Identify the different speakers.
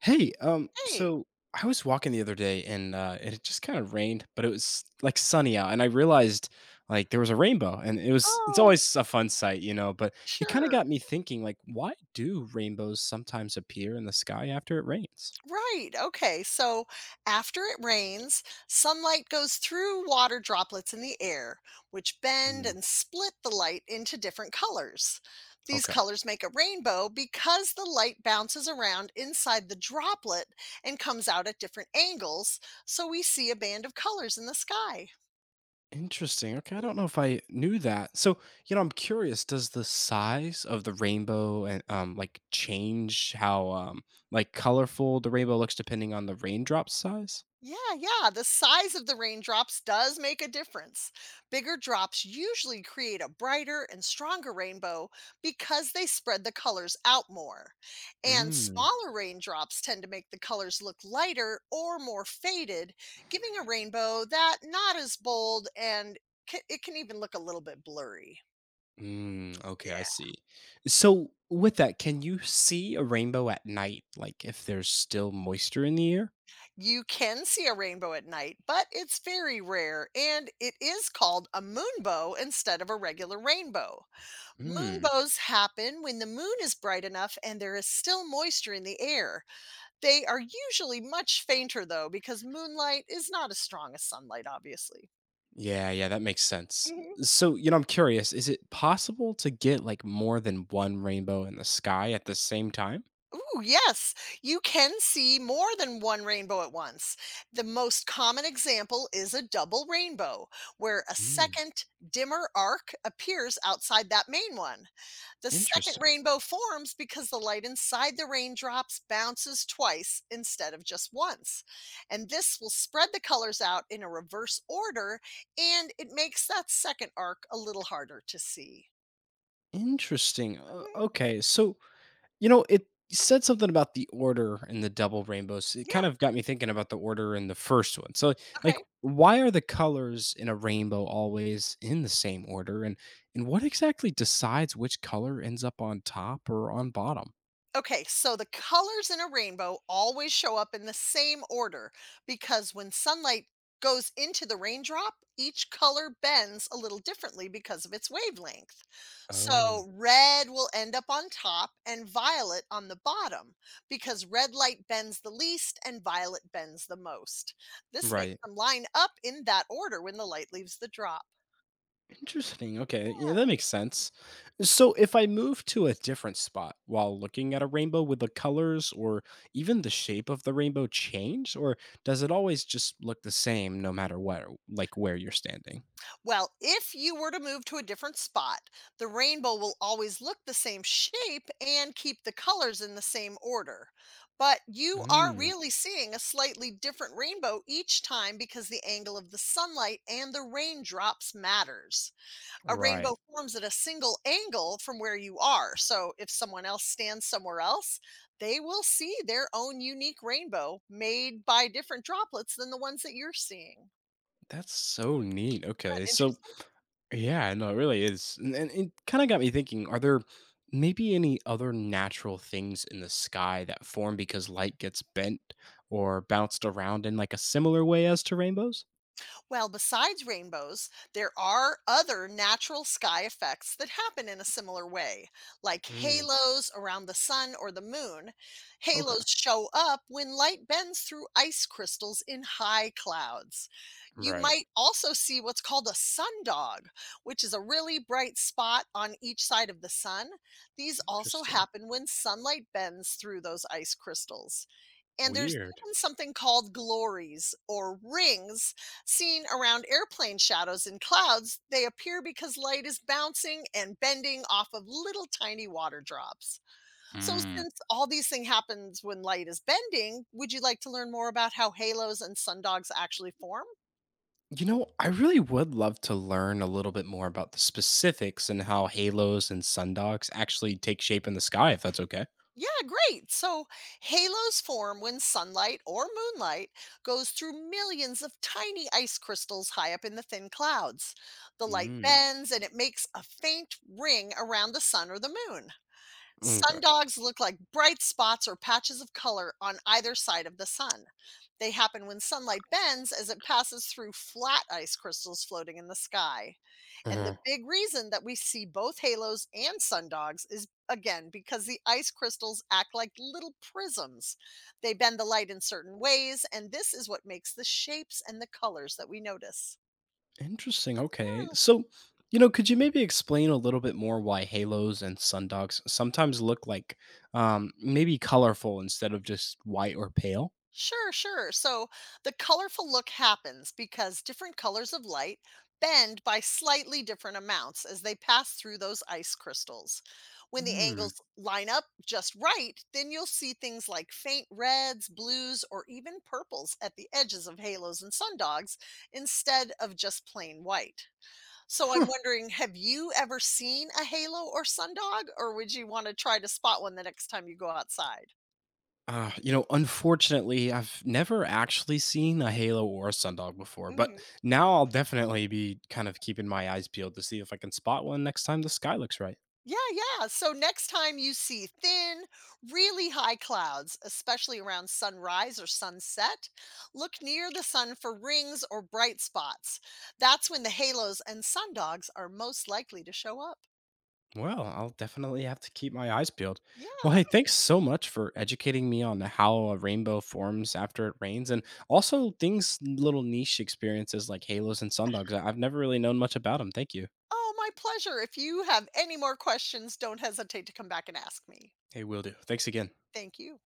Speaker 1: Hey,
Speaker 2: Hey.
Speaker 1: so I was walking the other day and it had just kind of rained, but it was like sunny out, and I realized like there was a rainbow, and it's
Speaker 2: Oh,
Speaker 1: always a fun sight. But it kind of
Speaker 2: sure.
Speaker 1: got me thinking, like, why do rainbows sometimes appear in the sky after it rains?
Speaker 2: Right. Okay. So after it rains, sunlight goes through water droplets in the air, which bend
Speaker 1: Mm,
Speaker 2: and split the light into different colors. These
Speaker 1: okay,
Speaker 2: colors make a rainbow because the light bounces around inside the droplet and comes out at different angles, so we see a band of colors in the sky.
Speaker 1: interesting. Okay, I don't know if I knew that. So I'm curious. Does the size of the rainbow and like change how like colorful the rainbow looks depending on the raindrop size?
Speaker 2: Yeah, yeah. The size of the raindrops does make a difference. Bigger drops usually create a brighter and stronger rainbow because they spread the colors out more. And
Speaker 1: Mm.
Speaker 2: smaller raindrops tend to make the colors look lighter or more faded, giving a rainbow that not as bold and it can even look a little bit blurry.
Speaker 1: Mm, okay, I
Speaker 2: Yeah.
Speaker 1: see. So, with that, can you see a rainbow at night, like if there's still moisture in the air?
Speaker 2: You can see a rainbow at night, but it's very rare and it is called a moonbow instead of a regular rainbow.
Speaker 1: Hmm.
Speaker 2: Moonbows happen when the moon is bright enough and there is still moisture in the air. They are usually much fainter, though, because moonlight is not as strong as sunlight, obviously.
Speaker 1: Yeah, yeah, that makes sense.
Speaker 2: Hmm.
Speaker 1: So, I'm curious, is it possible to get like more than one rainbow in the sky at the same time?
Speaker 2: Ooh, yes, you can see more than one rainbow at once. The most common example is a double rainbow, where a
Speaker 1: Hmm.
Speaker 2: second, dimmer arc appears outside that main one. The second
Speaker 1: Interesting.
Speaker 2: rainbow forms because the light inside the raindrops bounces twice instead of just once. And this will spread the colors out in a reverse order and it makes that second arc a little harder to see.
Speaker 1: Interesting.
Speaker 2: Mhm.
Speaker 1: Okay, so you know, it said something about the order in the double rainbows. It
Speaker 2: Yeah.
Speaker 1: kind of got me thinking about the order in the first one. So, like,
Speaker 2: Okay.
Speaker 1: why are the colors in a rainbow always in the same order? And what exactly decides which color ends up on top or on bottom?
Speaker 2: Okay, so the colors in a rainbow always show up in the same order because when sunlight goes into the raindrop, each color bends a little differently because of its wavelength.
Speaker 1: Oh,
Speaker 2: So red will end up on top and violet on the bottom because red light bends the least and violet bends the most. This makes
Speaker 1: right.
Speaker 2: them line up in that order when the light leaves the drop.
Speaker 1: Interesting. Okay. Yeah, that makes sense. So if I move to a different spot while looking at a rainbow, would the colors or even the shape of the rainbow change? Or does it always just look the same no matter what, like where you're standing?
Speaker 2: Well, if you were to move to a different spot, the rainbow will always look the same shape and keep the colors in the same order. But you are
Speaker 1: Mm,
Speaker 2: really seeing a slightly different rainbow each time because the angle of the sunlight and the raindrops matters. A
Speaker 1: right.
Speaker 2: rainbow forms at a single angle from where you are. So if someone else stands somewhere else, they will see their own unique rainbow made by different droplets than the ones that you're seeing.
Speaker 1: That's so neat.
Speaker 2: Isn't
Speaker 1: Okay.
Speaker 2: that
Speaker 1: So,
Speaker 2: interesting?
Speaker 1: yeah, no, it really is. And it kind of got me thinking, are there maybe any other natural things in the sky that form because light gets bent or bounced around in like a similar way as to rainbows?
Speaker 2: Well, besides rainbows, there are other natural sky effects that happen in a similar way, like
Speaker 1: Mm,
Speaker 2: halos around the sun or the moon.
Speaker 1: okay.
Speaker 2: Halos show up when light bends through ice crystals in high clouds. You
Speaker 1: Right.
Speaker 2: might also see what's called a sundog, which is a really bright spot on each side of the sun. These also
Speaker 1: Interesting.
Speaker 2: happen when sunlight bends through those ice crystals. And there's
Speaker 1: Weird.
Speaker 2: even something called glories or rings seen around airplane shadows and clouds. They appear because light is bouncing and bending off of little tiny water drops. So
Speaker 1: Mm.
Speaker 2: since all these things happens when light is bending, would you like to learn more about how halos and sundogs actually form?
Speaker 1: You know, I really would love to learn a little bit more about the specifics and how halos and sundogs actually take shape in the sky, if that's okay.
Speaker 2: Yeah, great. So halos form when sunlight or moonlight goes through millions of tiny ice crystals high up in the thin clouds. The light
Speaker 1: Mm,
Speaker 2: bends and it makes a faint ring around the sun or the moon.
Speaker 1: okay.
Speaker 2: Sundogs look like bright spots or patches of color on either side of the sun. They happen when sunlight bends as it passes through flat ice crystals floating in the sky. And the
Speaker 1: Uh,
Speaker 2: big reason that we see both halos and sundogs is again because the ice crystals act like little prisms. They bend the light in certain ways, and this is what makes the shapes and the colors that we notice.
Speaker 1: Interesting. Okay. So, you know, could you maybe explain a little bit more why halos and sundogs sometimes look like maybe colorful instead of just white or pale?
Speaker 2: Sure, sure. So the colorful look happens because different colors of light bend by slightly different amounts as they pass through those ice crystals. When the
Speaker 1: Hmm.
Speaker 2: angles line up just right, then you'll see things like faint reds, blues, or even purples at the edges of halos and sundogs instead of just plain white. So
Speaker 1: Huh.
Speaker 2: I'm wondering, have you ever seen a halo or sundog, or would you want to try to spot one the next time you go outside?
Speaker 1: You know, unfortunately, I've never actually seen a halo or a sundog before, but now I'll definitely be kind of keeping my eyes peeled to see if I can spot one next time the sky looks right.
Speaker 2: Yeah, yeah. So next time you see thin, really high clouds, especially around sunrise or sunset, look near the sun for rings or bright spots. That's when the halos and sundogs are most likely to show up.
Speaker 1: Well, I'll definitely have to keep my eyes peeled. Well,
Speaker 2: Yeah.
Speaker 1: hey, thanks so much for educating me on how a rainbow forms after it rains and also things, little niche experiences like halos and sundogs. I've never really known much about them. Thank you.
Speaker 2: Oh, my pleasure. If you have any more questions, don't hesitate to come back and ask me.
Speaker 1: Hey, will do. Thanks again.
Speaker 2: Thank you.